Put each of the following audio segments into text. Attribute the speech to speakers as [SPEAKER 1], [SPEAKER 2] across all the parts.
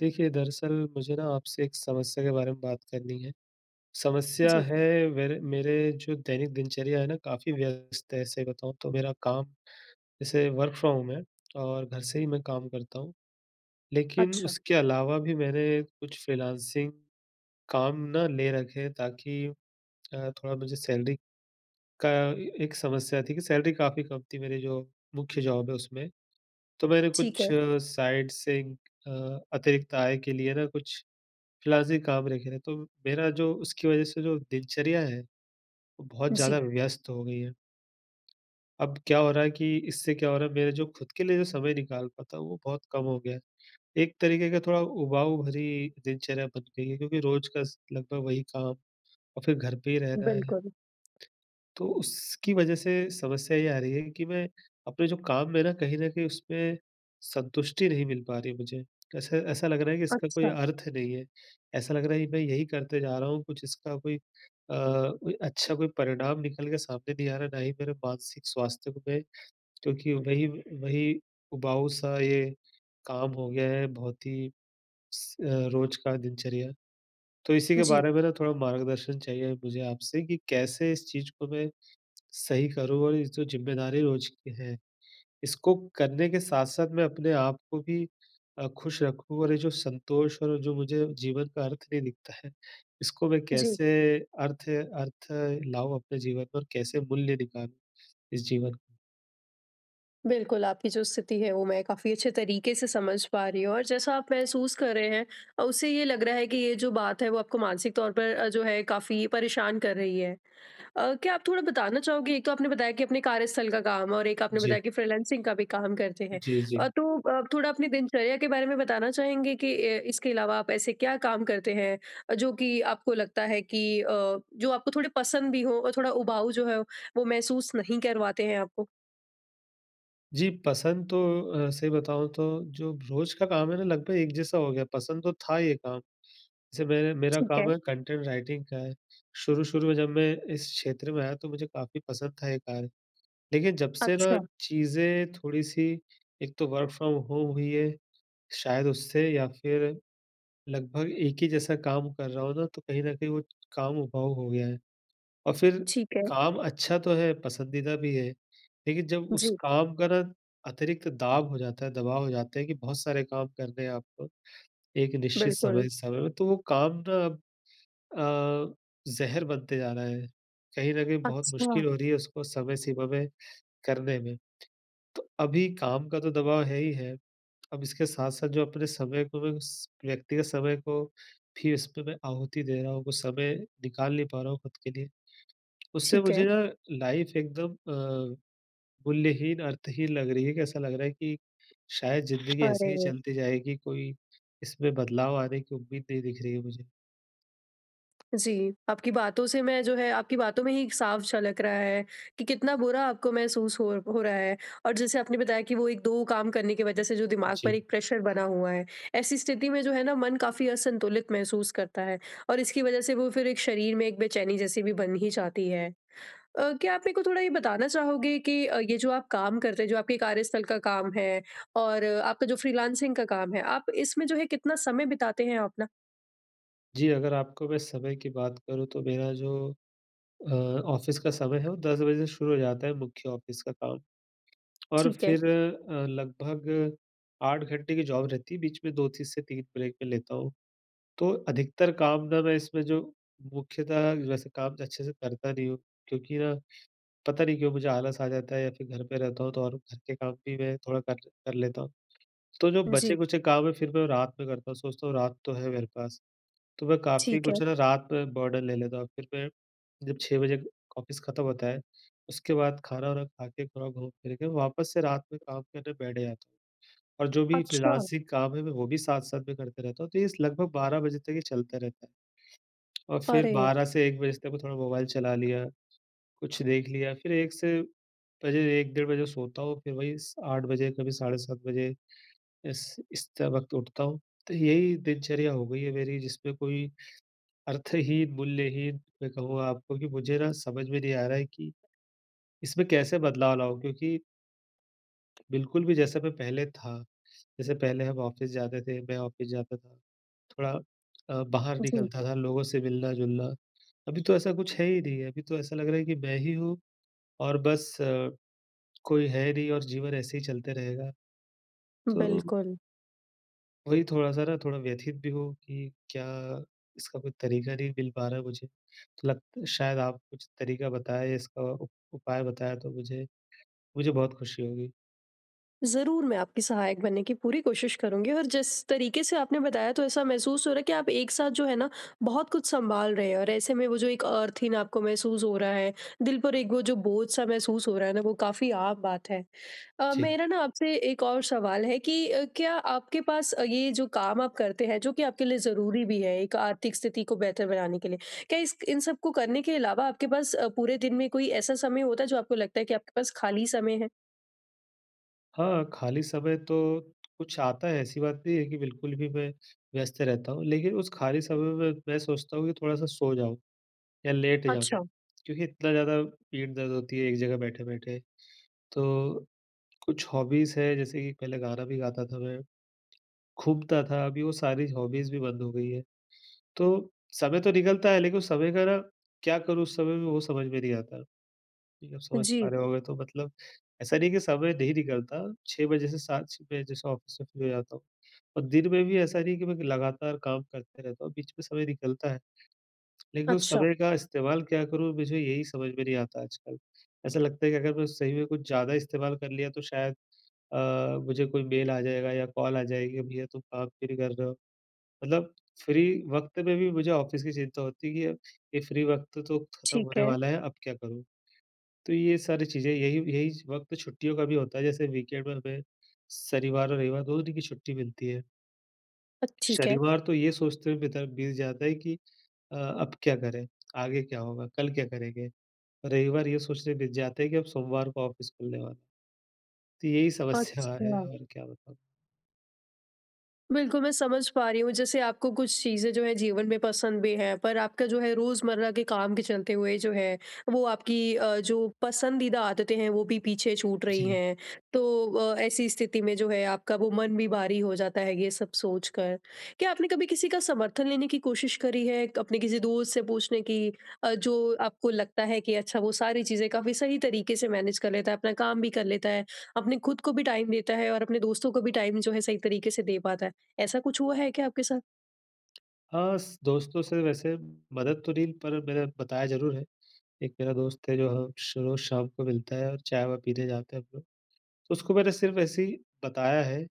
[SPEAKER 1] देखिए, दरअसल मुझे ना आपसे एक समस्या के बारे में बात करनी है। समस्या
[SPEAKER 2] जी,
[SPEAKER 1] है मेरे मेरे जो दैनिक दिनचर्या है ना काफ़ी व्यस्त है। ऐसे बताऊँ तो मेरा काम जैसे वर्क फ्रॉम होम है और घर से ही मैं काम करता हूँ। लेकिन
[SPEAKER 2] अच्छा,
[SPEAKER 1] उसके अलावा भी मैंने कुछ फ्रीलांसिंग काम ना ले रखे हैं ताकि थोड़ा मुझे सैलरी का एक समस्या थी कि सैलरी काफ़ी कम थी मेरी जो मुख्य जॉब है उसमें। तो मैंने
[SPEAKER 2] ठीक
[SPEAKER 1] कुछ
[SPEAKER 2] है।
[SPEAKER 1] जी। साइड से अतिरिक्त आय के लिए ना कुछ क्लासिक आप रखे रहे, तो मेरा जो उसकी वज़ह से जो दिनचर्या है, वो बहुत
[SPEAKER 2] जी,
[SPEAKER 1] ज़्यादा व्यस्त हो गई है। अब क्या हो रहा है कि इससे क्या हो रहा है मेरे जो खुद के लिए जो समय निकाल पाता हूँ, वो बहुत कम हो गया है। एक तरीके का थोड़ा उबाऊ भरी दिनचर्या बन गई है क्योंकि रोज़ का स लगभग वही काम और फिर घर पे ही रहना है।
[SPEAKER 2] बिल्कुल।
[SPEAKER 1] तो उसकी वजह से समस्या ये आ रही है कि मैं अपने जो काम में ना कहीं न कहीं उसमें संतुष्टि नहीं मिल पा रही है मुझे। ऐसा ऐसा लग रहा है कि इसका कोई
[SPEAKER 2] अच्छा,
[SPEAKER 1] अर्थ नहीं है। ऐसा लग रहा है कि मैं यही करते जा रहा हूँ, कुछ इसका कोई कोई अच्छा कोई परिणाम निकल के सामने नहीं आ रहा, ना ही मेरे मानसिक स्वास्थ्य को मैं, क्योंकि वही वही उबाऊ-सा ये काम हो गया है, बहुत ही रोज़ का दिनचर्या। तो इसी के
[SPEAKER 2] जी,
[SPEAKER 1] बारे में ना थोड़ा मार्गदर्शन चाहिए मुझे आपसे कि कैसे इस चीज़ को मैं सही करूँ और ये जो ज़िम्मेदारी रोज़ की है, इसको करने के साथ-साथ मैं अपने आप को भी खुश रखूँ, और ये जो संतोष और जो मुझे जीवन का अर्थ नहीं दिखता है, इसको मैं
[SPEAKER 2] जी।
[SPEAKER 1] कैसे अर्थ अर्थ लाऊँ अपने जीवन में और कैसे मूल्य निकालूँ इस जीवन का?
[SPEAKER 2] बिल्कुल, आपकी जो स्थिति है वो मैं काफ़ी अच्छे तरीके से समझ पा रही हूँ और जैसा आप महसूस कर रहे हैं उससे ये लग रहा है कि ये जो बात है वो आपको मानसिक तौर पर जो है काफ़ी परेशान कर रही है। क्या आप थोड़ा बताना चाहोगे? एक तो आपने बताया कि अपने कार्यस्थल का काम और एक आपने
[SPEAKER 1] जी,
[SPEAKER 2] बताया कि फ्रीलांसिंग का भी काम करते हैं।
[SPEAKER 1] जी, जी।
[SPEAKER 2] तो थोड़ा अपनी दिनचर्या के बारे में बताना चाहेंगे कि इसके अलावा आप ऐसे क्या काम करते हैं जो कि आपको लगता है कि जो आपको थोड़े पसंद भी हो और थोड़ा उबाऊ जो है वो महसूस नहीं करवाते हैं आपको?
[SPEAKER 1] जी, पसंद तो सही बताऊँ तो जो रोज़ का काम है ना लगभग एक जैसा हो गया, पसंद तो था ये काम। जैसे मेरे मेरा
[SPEAKER 2] ठीक है।
[SPEAKER 1] काम है कंटेंट राइटिंग का है। शुरू-शुरू में जब मैं इस क्षेत्र में आया तो मुझे काफ़ी पसंद था ये कार्य। देखिए, जब से ना
[SPEAKER 2] अच्छा,
[SPEAKER 1] चीज़ें थोड़ी-सी, एक तो वर्क फ्रॉम होम हुई है, शायद उससे या फिर लगभग एक ही जैसा काम कर रहा हूँ ना, तो कहीं न कहीं वो काम उबाऊ हो गया है। और फिर
[SPEAKER 2] ठीक है।
[SPEAKER 1] काम अच्छा तो है, पसंदीदा भी है, लेकिन जब उस
[SPEAKER 2] जी,
[SPEAKER 1] काम का ना अतिरिक्त दाब हो जाता है, दबाव हो जाता है कि बहुत सारे काम करने हैं आपको एक निश्चित
[SPEAKER 2] बिल्कुल।
[SPEAKER 1] समय समय में, तो वो काम ना अब अ, ज़हर बनते जा रहा है। कहीं न कहीं बहुत
[SPEAKER 2] अच्छा,
[SPEAKER 1] मुश्किल हो रही है उसको समय सीमा में करने में। तो अभी काम का तो दबाव है ही है। अब इसके साथ-साथ जो अपने समय को मैं स व्यक्तिगत समय को भी इसमें मैं आहुति दे रहा हूँ, कुछ समय निकाल नहीं पा रहा हूँ खुद के लिए। उससे
[SPEAKER 2] ठीक है।
[SPEAKER 1] मुझे ना लाइफ़ एकदम अ, मूल्यहीन, अर्थहीन लग रही है कि ऐसा लग रहा है कि शायद ज़िंदगी ऐसे
[SPEAKER 2] अरे!
[SPEAKER 1] ही चलती जाएगी, कोई इसमें बदलाव आने की उम्मीद नहीं दिख रही है मुझे।
[SPEAKER 2] जी, आपकी बातों से मैं जो है आपकी बातों में ही साफ झलक रहा है कि कितना बुरा आपको महसूस हो रहा है और जैसे आपने बताया कि वो 1-2 काम करने की वजह से जो दिमाग पर
[SPEAKER 1] जी।
[SPEAKER 2] एक प्रेशर बना हुआ है। ऐसी स्थिति में जो है ना मन काफ़ी असंतुलित महसूस करता है और इसकी वजह से वो फिर एक शरीर में एक बेचैनी जैसी भी बन ही जाती है। क्या आप मेरे को थोड़ा ये बताना चाहोगे कि ये जो आप काम करते हैं, जो आपके कार्यस्थल का काम है और आपका जो फ्रीलांसिंग का काम है, आप इसमें जो है कितना समय बिताते हैं अपना?
[SPEAKER 1] जी, अगर आपको मैं समय की बात करूँ तो मेरा जो अ, ऑफ़िस का समय है वो 10 बजे से शुरू हो जाता है मुख्य ऑफ़िस का काम। और
[SPEAKER 2] ठीक है।
[SPEAKER 1] फिर लगभग 8 घंटे की जॉब रहती है, बीच में 2 से 3 ब्रेक मैं लेता हूँ। तो अधिकतर काम ना मैं इसमें जो मुख्यतः वैसे काम अच्छे से करता नहीं हूँ, क्योंकि ना पता नहीं क्यों मुझे आलस आ जाता है, या फिर घर पे रहता हूँ तो और घर के काम भी मैं थोड़ा कर कर लेता हूँ। तो जो
[SPEAKER 2] जी,
[SPEAKER 1] बचे-कुचे काम है फिर मैं रात में करता हूँ, सोचता हूँ रात तो है मेरे पास, तो मैं काफ़ी
[SPEAKER 2] ठीक है।
[SPEAKER 1] कुछ ना रात में बर्डन ले लेता हूँ। फिर मैं जब 6 बजे ऑफ़िस खत्म होता है, उसके बाद खाना-वाना खा के थोड़ा घूम-फिर के वापस से रात में काम करने बैठ जाता हूँ। और जो भी
[SPEAKER 2] अच्छा।
[SPEAKER 1] फ्रीलांसिंग काम है मैं वो भी साथ-साथ में करते रहता हूँ, तो ये लगभग 12 बजे तक ये चलता रहता है। और फिर
[SPEAKER 2] अरे!
[SPEAKER 1] 12 से 1 बजे तक मैं थोड़ा मोबाइल चला लिया, कुछ देख लिया, फिर 1 से बजे 1 डेढ़ बजे सोता हूँ, फिर वही स 8 बजे, कभी साढ़े 7 बजे इस इस त वक़्त उठता हूँ। तो यही दिनचर्या हो गई है मेरी जिसमें कोई अर्थहीन, मूल्यहीन मैं कहूँगा आपको कि मुझे ना समझ में नहीं आ रहा है कि इसमें कैसे बदलाव लाऊँ? क्योंकि बिल्कुल भी जैसा मैं पहले था, जैसे पहले हम ऑफ़िस जाते थे, मैं ऑफ़िस जाता था। थोड़ा बाहर
[SPEAKER 2] जी,
[SPEAKER 1] निकलता था, लोगों से मिलना-जुलना। अभी तो ऐसा कुछ है ही नहीं है, अभी तो ऐसा लग रहा है कि मैं ही हूँ और बस कोई है नहीं और जीवन ऐसे ही चलते रहेगा। तो
[SPEAKER 2] बिल्कुल।
[SPEAKER 1] वही थोड़ा-सा ना थोड़ा व्यथित भी हूँ कि क्या इसका कोई तरीका नहीं मिल पा रहा है मुझे। तो लग शायद आप कुछ तरीका बताएँ, इसका उप उपाय बताएँ, तो मुझे मुझे बहुत खुशी होगी।
[SPEAKER 2] ज़रूर, मैं आपकी सहायक बनने की पूरी कोशिश करूँगी और जिस तरीके से आपने बताया तो ऐसा महसूस हो रहा है कि आप एक साथ जो है ना, बहुत कुछ सँभाल रहे हैं और ऐसे में वो जो एक अर्थ-हीन आपको महसूस हो रहा है, दिल पर एक वो जो बोझ-सा महसूस हो रहा है ना, वो काफ़ी आम बात है।
[SPEAKER 1] जी।
[SPEAKER 2] मेरा ना आपसे एक और सवाल है कि क्या आपके पास ये जो काम आप करते हैं, जो कि आपके लिए ज़रूरी भी है, एक आर्थिक स्थिति को बेहतर बनाने के लिए, क्या इस इन सब को करने के अलावा आपके पास पूरे दिन में कोई ऐसा समय होता है जो आपको लगता है कि आपके पास खाली समय है?
[SPEAKER 1] हाँ, खाली समय तो कुछ आता है, ऐसी बात नहीं है कि बिल्कुल भी मैं व्यस्त रहता हूँ, लेकिन उस खाली समय में मैं सोचता हूँ कि थोड़ा-सा सो जाऊँ या लेट जाऊँ,
[SPEAKER 2] अच्छा।
[SPEAKER 1] क्योंकि इतना ज़्यादा पीठ दर्द होती है एक जगह बैठे-बैठे। तो कुछ हॉबीज़ है, जैसे कि पहले गाना भी गाता था मैं, घूमता था, अभी वो सारी हॉबीज़ भी बंद हो गई है। तो समय तो निकलता है, लेकिन उस समय का ना क्या करूँ उस समय में, वो समझ में नहीं आता। ठीक है, आप समझ
[SPEAKER 2] जी।
[SPEAKER 1] पा रहे होंगे तो मतलब ऐसा नहीं है कि समय नहीं निकलता, 6 बजे से 7 मैं जैसे ऑफ़िस से फ्री हो जाता हूँ, और दिन में भी ऐसा नहीं है कि मैं लगातार काम करते रहता हूँ, बीच में समय निकलता है। लेकिन उस
[SPEAKER 2] अच्छा,
[SPEAKER 1] समय का इस्तेमाल क्या करूँ, मुझे यही समझ में नहीं आता आजकल। ऐसा लगता है कि अगर मैं सही में कुछ ज़्यादा इस्तेमाल कर लिया तो शायद अ, मुझे कोई मेल आ जाएगा या कॉल आ जाएगी कि भैया तुम काम क्यों नहीं कर रहे हो? मतलब फ्री वक़्त में भी मुझे ऑफ़िस की चिंता होती है कि अब ये फ्री वक़्त तो खत्म
[SPEAKER 2] ठीक
[SPEAKER 1] होने
[SPEAKER 2] है।
[SPEAKER 1] वाला है, अब क्या करूँ? तो ये सारी चीज़ें, यही यही वक़्त छुट्टियों का भी होता है, जैसे वीकेंड में हमें शनिवार और रविवार दोनों दिन की छुट्टी मिलती है।
[SPEAKER 2] ठीक है।
[SPEAKER 1] शनिवार तो ये सोचते हुए बिता बीत जाता है कि अ, अब क्या करें? आगे क्या होगा? कल क्या करेंगे? और रविवार ये सोचते बीत जाता है कि अब सोमवार को ऑफ़िस खुलने वाला है। तो यही समस्या है,
[SPEAKER 2] अच्छा।
[SPEAKER 1] और क्या बताऊँ?
[SPEAKER 2] बिल्कुल, मैं समझ पा रही हूँ। जैसे आपको कुछ चीज़ें जो है जीवन में पसंद भी हैं, पर आपका जो है रोज़मर्रा के काम के चलते हुए जो है, वो आपकी जो पसंदीदा आदतें हैं, वो भी पीछे छूट रही
[SPEAKER 1] जी।
[SPEAKER 2] हैं। तो ऐसी स्थिति में जो है आपका वो मन भी भारी हो जाता है ये सब सोच कर। क्या आपने कभी किसी का समर्थन लेने की कोशिश करी है? अपने किसी दोस्त से पूछने की जो आपको लगता है कि अच्छा वो सारी चीज़ें काफ़ी सही तरीके से मैनेज कर लेता है, अपना काम भी कर लेता है, अपने खुद को भी टाइम देता है और अपने दोस्तों को भी टाइम जो है सही तरीके से दे पाता है। ऐसा कुछ हुआ है क्या आपके साथ?
[SPEAKER 1] हाँ, स दोस्तों से वैसे मदद तो नहीं, पर मैंने बताया ज़रूर है। एक मेरा दोस्त है जो हम श रोज़ शाम को मिलता है, और चाय-वाय पीने जाते हैं हम लोग। तो उसको मैंने सिर्फ़ ऐसे ही बताया है,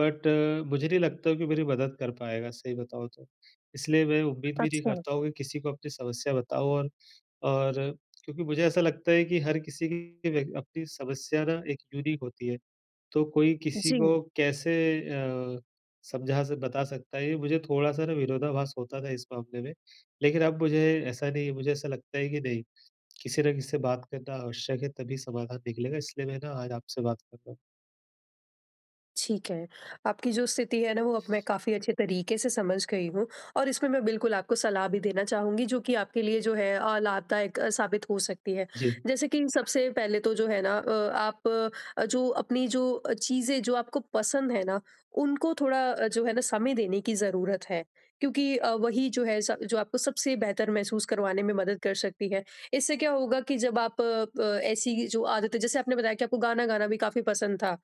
[SPEAKER 1] बट मुझे नहीं लगता कि मेरी मदद कर पाएगा, सही बताऊँ तो। इसलिए मैं उम्मीद भी नहीं
[SPEAKER 2] अच्छा,
[SPEAKER 1] करता हूँ कि किसी को अपनी समस्या बताऊँ, और और क्योंकि मुझे ऐसा लगता है कि हर किसी की व्य अपनी समस्या ना एक यूनिक होती है, तो कोई किसी
[SPEAKER 2] जी।
[SPEAKER 1] को कैसे अ, समझा स बता सकता है, ये मुझे थोड़ा-सा ना विरोधाभास होता था इस मामले में। लेकिन अब मुझे ऐसा नहीं है, मुझे ऐसा लगता है कि नहीं, किसी ना किसी से बात करना आवश्यक है, तभी समाधान निकलेगा, इसलिए मैं ना आज आपसे बात कर रहा हूँ।
[SPEAKER 2] ठीक है। आपकी जो स्थिति है ना वो अब मैं काफ़ी अच्छे तरीके से समझ गई हूँ और इसमें मैं बिल्कुल आपको सलाह भी देना चाहूँगी जो कि आपके लिए जो है लाभदायक साबित हो सकती है।
[SPEAKER 1] जी,
[SPEAKER 2] जैसे कि सबसे पहले तो जो है ना आप जो अपनी जो चीज़ें जो आपको पसंद है ना उनको थोड़ा जो है ना समय देने की ज़रूरत है। क्योंकि वही जो है स जो आपको सबसे बेहतर महसूस करवाने में मदद कर सकती है। इससे क्या होगा कि जब आप ऐसी जो आदतें जैसे आपने बताया कि आपको गाना गाना भी काफ़ी पसंद था।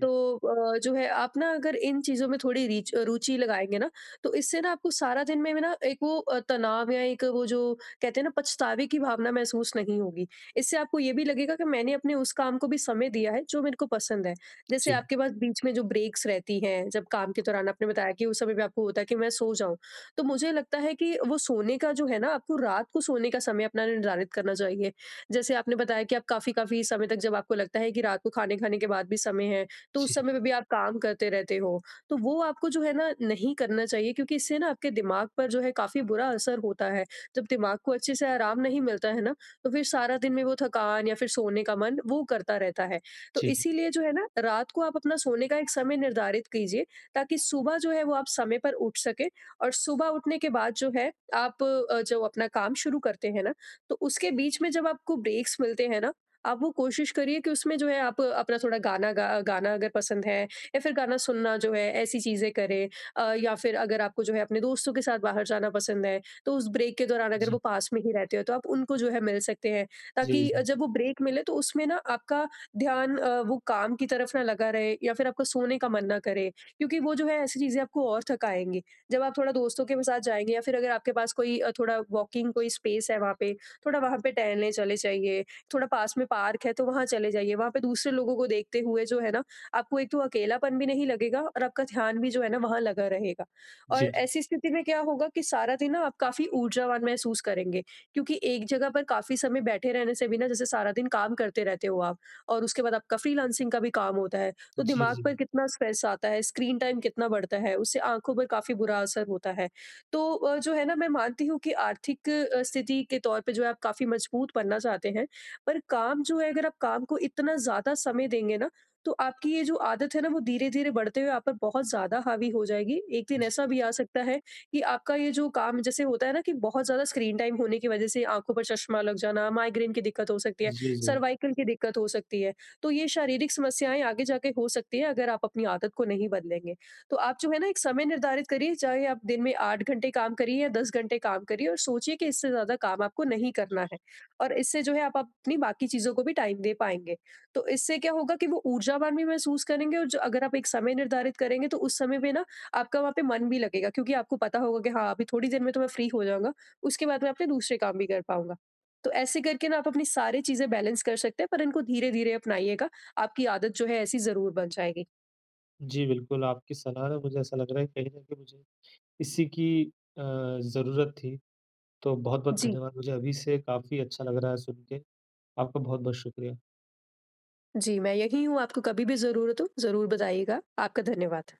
[SPEAKER 2] तो जो है आप ना अगर इन चीज़ों में थोड़ी रीच रुचि लगाएँगे ना, तो इससे ना आपको सारा दिन में ना एक वो तनाव या एक वो जो कहते हैं ना पछतावे की भावना महसूस नहीं होगी। इससे आपको ये भी लगेगा कि मैंने अपने उस काम को भी समय दिया है जो मेरे को पसंद है। जैसे
[SPEAKER 1] जी,
[SPEAKER 2] आपके पास बीच में जो ब्रेक्स रहती हैं, जब काम के दौरान आपने बताया कि उस समय भी आपको होता है कि मैं सो जाऊँ। तो मुझे लगता है कि वो सोने का जो है ना आपको रात को सोने का समय अपना निर्धारित करना चाहिए। जैसे आपने बताया कि आप काफ़ी-काफ़ी समय तक जब आपको लगता है कि रात को खाने खाने के बाद भी समय है, तो उस
[SPEAKER 1] जी,
[SPEAKER 2] समय पे भी आप काम करते रहते हो। तो वो आपको जो है ना नहीं करना चाहिए क्योंकि इससे ना आपके दिमाग पर जो है काफ़ी बुरा असर होता है। जब दिमाग को अच्छे से आराम नहीं मिलता है ना, तो फिर सारा दिन में वो थकान या फिर सोने का मन वो करता रहता है। तो
[SPEAKER 1] जी।
[SPEAKER 2] इसीलिए जो है ना रात को आप अपना सोने का एक समय निर्धारित कीजिए, ताकि सुबह जो है वो आप समय पर उठ सकें और सुबह उठने के बाद जो है आप जो अपना काम शुरू करते हैं ना, तो उसके बीच में जब आपको ब्रेक्स मिलते हैं ना आप वो कोशिश करिए कि उसमें जो है आप अपना थोड़ा गाना गा गाना अगर पसंद है या फिर गाना सुनना जो है ऐसी चीज़ें करें, या फिर अगर आपको जो है अपने दोस्तों के साथ बाहर जाना पसंद है, तो उस ब्रेक के दौरान अगर वो
[SPEAKER 1] जी,
[SPEAKER 2] पास में ही रहते हो तो आप उनको जो है मिल सकते हैं,
[SPEAKER 1] जी,
[SPEAKER 2] ताकि
[SPEAKER 1] जी।
[SPEAKER 2] जब वो ब्रेक मिले तो उसमें ना आपका ध्यान वो काम की तरफ ना लगा रहे या फिर आपका सोने का मन ना करे, क्योंकि वो जो है ऐसी चीज़ें आपको और थकाएंगी। जब आप थोड़ा दोस्तों के साथ जाएंगे या फिर अगर आपके पास कोई थोड़ा वॉकिंग कोई स्पेस है वहाँ पे, थोड़ा वहाँ पे टहलने चले जाइए, थोड़ा पास में पार्क है तो वहाँ चले जाइए। वहाँ पे दूसरे लोगों को देखते हुए जो है ना, आपको एक तो अकेलापन भी नहीं लगेगा और आपका ध्यान भी जो है ना वहाँ लगा रहेगा। और
[SPEAKER 1] जी, जी।
[SPEAKER 2] ऐसी स्थिति में क्या होगा कि सारा दिन ना आप काफ़ी ऊर्जावान महसूस करेंगे, क्योंकि एक जगह पर काफ़ी समय बैठे रहने से भी ना, जैसे सारा दिन काम करते रहते हो आप और उसके बाद आपका फ्रीलांसिंग का भी काम होता है, तो
[SPEAKER 1] जी,
[SPEAKER 2] दिमाग
[SPEAKER 1] जी।
[SPEAKER 2] पर कितना स्ट्रेस आता है, स्क्रीन टाइम कितना बढ़ता है, उससे आँखों पर काफ़ी बुरा असर होता है। तो जो है ना मैं मानती हूँ कि आर्थिक स्थिति के तौर पे जो है आप काफ़ी मजबूत बनना चाहते हैं, पर काम जो है अगर आप काम को इतना ज़्यादा समय देंगे ना, तो आपकी ये जो आदत है ना वो धीरे-धीरे बढ़ते हुए आप पर बहुत ज़्यादा हावी हो जाएगी। एक दिन
[SPEAKER 1] जी,
[SPEAKER 2] ऐसा भी आ सकता है कि आपका ये जो काम जैसे होता है ना कि बहुत ज़्यादा स्क्रीन टाइम होने की वजह से आँखों पर चश्मा लग जाना, माइग्रेन की दिक्कत हो सकती है,
[SPEAKER 1] जी, जी।
[SPEAKER 2] सर्वाइकल की दिक्कत हो सकती है। तो ये शारीरिक समस्याएँ आगे जाके हो सकती हैं अगर आप अपनी आदत को नहीं बदलेंगे। तो आप जो है ना एक समय निर्धारित करिए, चाहे आप दिन में 8 घंटे काम करिए या 10 घंटे काम करिए और सोचिए कि इससे ज़्यादा काम आपको नहीं करना है। और इससे जो है आप अपनी बाकी चीज़ों को भी टाइम दे पाएँगे। तो इससे क्या होगा कि वो ऊर्जावान भी महसूस करेंगे और जो अगर आप एक समय निर्धारित करेंगे तो उस समय पे ना आपका वहाँ पे मन भी लगेगा, क्योंकि आपको पता होगा कि हाँ, अभी थोड़ी देर में तो मैं फ्री हो जाऊँगा, उसके बाद मैं अपने दूसरे काम भी कर पाऊँगा। तो ऐसे करके ना आप अपनी सारी चीज़ें बैलेंस कर सकते हैं, पर इनको धीरे-धीरे अपनाइएगा, आपकी आदत जो है ऐसी ज़रूर बन जाएगी।
[SPEAKER 1] जी, बिल्कुल, आपकी सलाह ना मुझे ऐसा लग रहा है कहीं न कहीं मुझे इसी की अ, ज़रूरत थी। तो बहुत-बहुत
[SPEAKER 2] जी,
[SPEAKER 1] धन्यवाद, मुझे अभी से काफ़ी अच्छा लग रहा है सुन के। आपका बहुत-बहुत शुक्रिया।
[SPEAKER 2] जी मैं यही हूँ, आपको कभी भी ज़रूरत हो ज़रूर बताइएगा। आपका धन्यवाद।